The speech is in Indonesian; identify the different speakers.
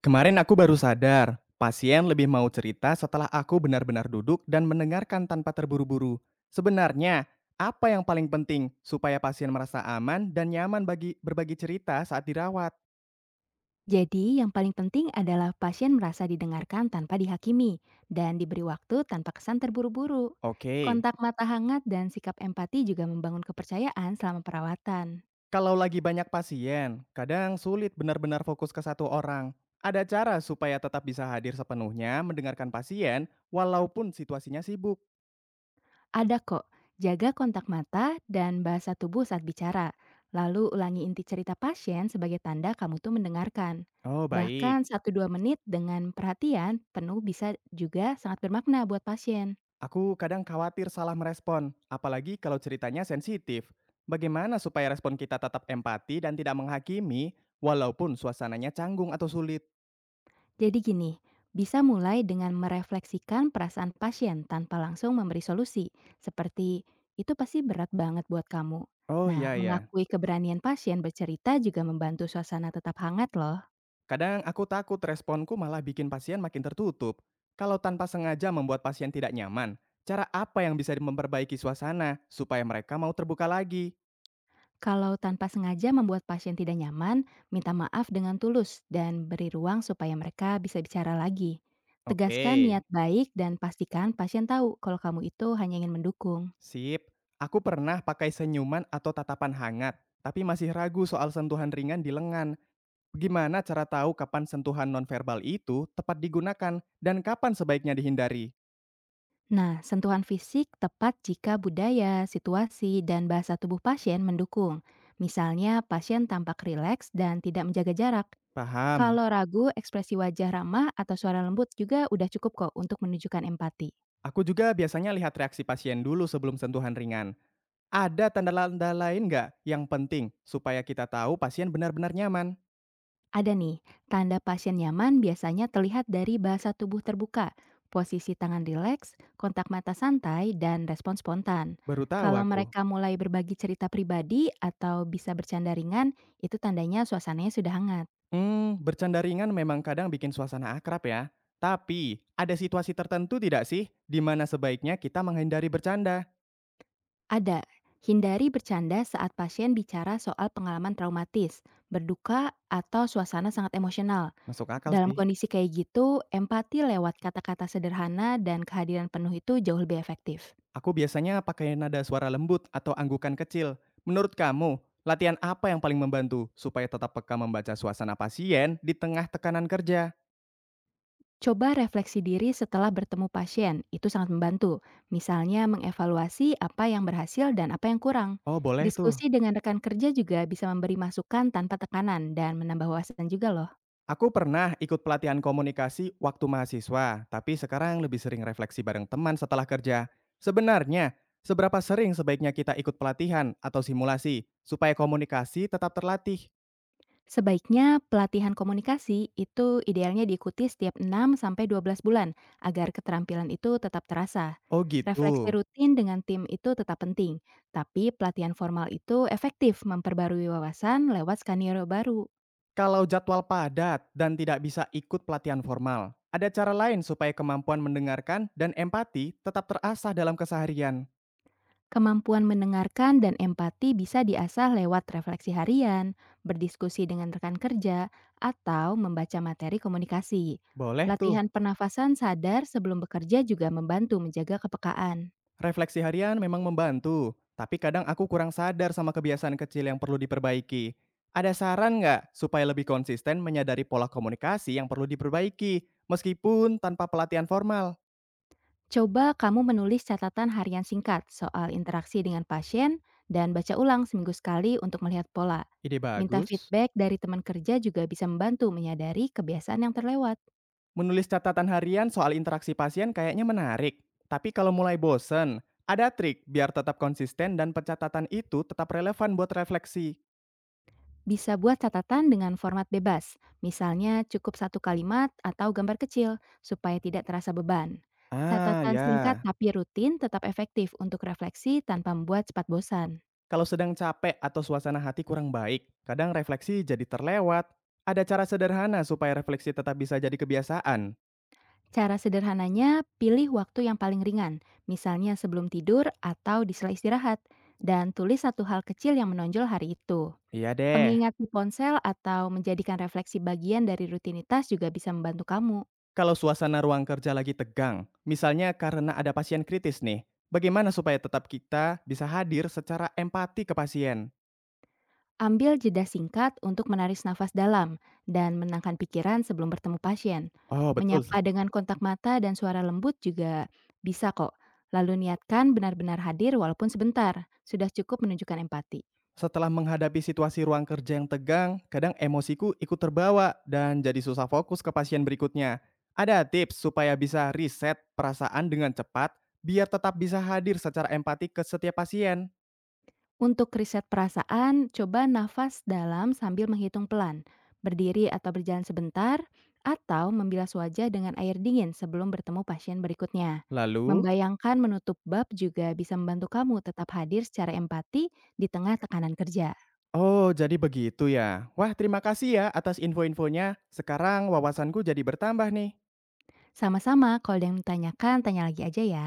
Speaker 1: Kemarin aku baru sadar, pasien lebih mau cerita setelah aku benar-benar duduk dan mendengarkan tanpa terburu-buru. Sebenarnya, apa yang paling penting supaya pasien merasa aman dan nyaman bagi berbagi cerita saat dirawat?
Speaker 2: Jadi, yang paling penting adalah pasien merasa didengarkan tanpa dihakimi dan diberi waktu tanpa kesan terburu-buru.
Speaker 1: Oke,
Speaker 2: Kontak mata hangat dan sikap empati juga membangun kepercayaan selama perawatan.
Speaker 1: kalau lagi banyak pasien, kadang sulit benar-benar fokus ke satu orang. Ada cara supaya tetap bisa hadir sepenuhnya mendengarkan pasien walaupun situasinya sibuk.
Speaker 2: Ada kok, jaga kontak mata dan bahasa tubuh saat bicara. Lalu ulangi inti cerita pasien sebagai tanda kamu tuh mendengarkan.
Speaker 1: Oh, baik.
Speaker 2: Bahkan satu dua menit dengan perhatian penuh bisa juga sangat bermakna buat pasien.
Speaker 1: Aku kadang khawatir salah merespon, apalagi kalau ceritanya sensitif. Bagaimana supaya respon kita tetap empati dan tidak menghakimi, walaupun suasananya canggung atau sulit?
Speaker 2: Jadi gini, bisa mulai dengan merefleksikan perasaan pasien tanpa langsung memberi solusi, seperti itu pasti berat banget buat kamu.
Speaker 1: Oh
Speaker 2: Nah,
Speaker 1: iya ya,
Speaker 2: mengakui keberanian pasien bercerita juga membantu suasana tetap hangat loh.
Speaker 1: kadang aku takut responku malah bikin pasien makin tertutup. Kalau tanpa sengaja membuat pasien tidak nyaman, cara apa yang bisa memperbaiki suasana supaya mereka mau terbuka lagi?
Speaker 2: Kalau tanpa sengaja membuat pasien tidak nyaman, minta maaf dengan tulus dan beri ruang supaya mereka bisa bicara lagi.
Speaker 1: Oke,
Speaker 2: Tegaskan niat baik dan pastikan pasien tahu kalau kamu itu hanya ingin mendukung.
Speaker 1: sip. Aku pernah pakai senyuman atau tatapan hangat, tapi masih ragu soal sentuhan ringan di lengan. Gimana cara tahu kapan sentuhan nonverbal itu tepat digunakan dan kapan sebaiknya dihindari?
Speaker 2: Nah, sentuhan fisik tepat jika budaya, situasi, dan bahasa tubuh pasien mendukung. Misalnya, pasien tampak rileks dan tidak menjaga jarak.
Speaker 1: Paham.
Speaker 2: Kalau ragu, ekspresi wajah ramah atau suara lembut juga udah cukup kok untuk menunjukkan empati.
Speaker 1: Aku juga biasanya lihat reaksi pasien dulu sebelum sentuhan ringan. Ada tanda-tanda lain nggak yang penting supaya kita tahu pasien benar-benar nyaman?
Speaker 2: Ada nih, tanda pasien nyaman biasanya terlihat dari bahasa tubuh terbuka, posisi tangan rileks, kontak mata santai, dan respon spontan.
Speaker 1: Baru tahu
Speaker 2: Kalau
Speaker 1: aku.
Speaker 2: mereka mulai berbagi cerita pribadi atau bisa bercanda ringan, itu tandanya suasananya sudah hangat.
Speaker 1: Hmm, bercanda ringan memang kadang bikin suasana akrab ya. Tapi, ada situasi tertentu tidak sih di mana sebaiknya kita menghindari bercanda?
Speaker 2: Ada. Hindari bercanda saat pasien bicara soal pengalaman traumatis, berduka, atau suasana sangat emosional.
Speaker 1: Masuk akal
Speaker 2: Dalam
Speaker 1: sih.
Speaker 2: kondisi kayak gitu, empati lewat kata-kata sederhana dan kehadiran penuh itu jauh lebih efektif.
Speaker 1: Aku biasanya pakai nada suara lembut atau anggukan kecil. Menurut kamu, latihan apa yang paling membantu supaya tetap peka membaca suasana pasien di tengah tekanan kerja?
Speaker 2: Coba refleksi diri setelah bertemu pasien, itu sangat membantu. Misalnya mengevaluasi apa yang berhasil dan apa yang kurang.
Speaker 1: Oh, boleh tuh.
Speaker 2: Diskusi dengan rekan kerja juga bisa memberi masukan tanpa tekanan dan menambah wawasan juga loh.
Speaker 1: Aku pernah ikut pelatihan komunikasi waktu mahasiswa, tapi sekarang lebih sering refleksi bareng teman setelah kerja. Sebenarnya, seberapa sering sebaiknya kita ikut pelatihan atau simulasi supaya komunikasi tetap terlatih?
Speaker 2: Sebaiknya pelatihan komunikasi itu idealnya diikuti setiap 6 sampai 12 bulan agar keterampilan itu tetap terasa.
Speaker 1: Oh,
Speaker 2: Refleksi
Speaker 1: gitu.
Speaker 2: rutin dengan tim itu tetap penting, tapi pelatihan formal itu efektif memperbarui wawasan lewat skenario baru.
Speaker 1: Kalau jadwal padat dan tidak bisa ikut pelatihan formal, ada cara lain supaya kemampuan mendengarkan dan empati tetap terasah dalam keseharian.
Speaker 2: Kemampuan mendengarkan dan empati bisa diasah lewat refleksi harian, berdiskusi dengan rekan kerja, atau membaca materi komunikasi.
Speaker 1: Boleh tuh,
Speaker 2: Latihan pernafasan sadar sebelum bekerja juga membantu menjaga kepekaan.
Speaker 1: refleksi harian memang membantu, tapi kadang aku kurang sadar sama kebiasaan kecil yang perlu diperbaiki. Ada saran nggak supaya lebih konsisten menyadari pola komunikasi yang perlu diperbaiki, meskipun tanpa pelatihan formal?
Speaker 2: Coba kamu menulis catatan harian singkat soal interaksi dengan pasien dan baca ulang seminggu sekali untuk melihat pola.
Speaker 1: Ide
Speaker 2: Minta
Speaker 1: bagus.
Speaker 2: feedback dari teman kerja juga bisa membantu menyadari kebiasaan yang terlewat.
Speaker 1: Menulis catatan harian soal interaksi pasien kayaknya menarik. Tapi kalau mulai bosen, ada trik biar tetap konsisten dan pencatatan itu tetap relevan buat refleksi.
Speaker 2: Bisa buat catatan dengan format bebas, misalnya cukup satu kalimat atau gambar kecil supaya tidak terasa beban.
Speaker 1: Ah,
Speaker 2: Catatan singkat
Speaker 1: ya.
Speaker 2: tapi rutin tetap efektif untuk refleksi tanpa membuat cepat bosan.
Speaker 1: Kalau sedang capek atau suasana hati kurang baik, kadang refleksi jadi terlewat. Ada cara sederhana supaya refleksi tetap bisa jadi kebiasaan.
Speaker 2: Cara sederhananya, pilih waktu yang paling ringan, misalnya sebelum tidur atau di sela istirahat, dan tulis satu hal kecil yang menonjol hari itu.
Speaker 1: Iya deh.
Speaker 2: Pengingat di ponsel atau menjadikan refleksi bagian dari rutinitas juga bisa membantu kamu.
Speaker 1: Kalau suasana ruang kerja lagi tegang, misalnya karena ada pasien kritis nih, bagaimana supaya tetap kita bisa hadir secara empati ke pasien?
Speaker 2: Ambil jeda singkat untuk menarik nafas dalam dan menenangkan pikiran sebelum bertemu pasien.
Speaker 1: Oh, betul.
Speaker 2: Menyapa dengan kontak mata dan suara lembut juga bisa kok. Lalu niatkan benar-benar hadir walaupun sebentar. Sudah cukup menunjukkan empati.
Speaker 1: Setelah menghadapi situasi ruang kerja yang tegang, kadang emosiku ikut terbawa dan jadi susah fokus ke pasien berikutnya. Ada tips supaya bisa riset perasaan dengan cepat biar tetap bisa hadir secara empati ke setiap pasien.
Speaker 2: Untuk riset perasaan, coba nafas dalam sambil menghitung pelan, berdiri atau berjalan sebentar, atau membilas wajah dengan air dingin sebelum bertemu pasien berikutnya.
Speaker 1: Lalu,
Speaker 2: Membayangkan menutup bab juga bisa membantu kamu tetap hadir secara empati di tengah tekanan kerja.
Speaker 1: oh jadi begitu ya. Wah, terima kasih ya atas info-infonya. Sekarang wawasanku jadi bertambah nih.
Speaker 2: Sama-sama, kalau ada yang ditanyakan, tanya lagi aja ya.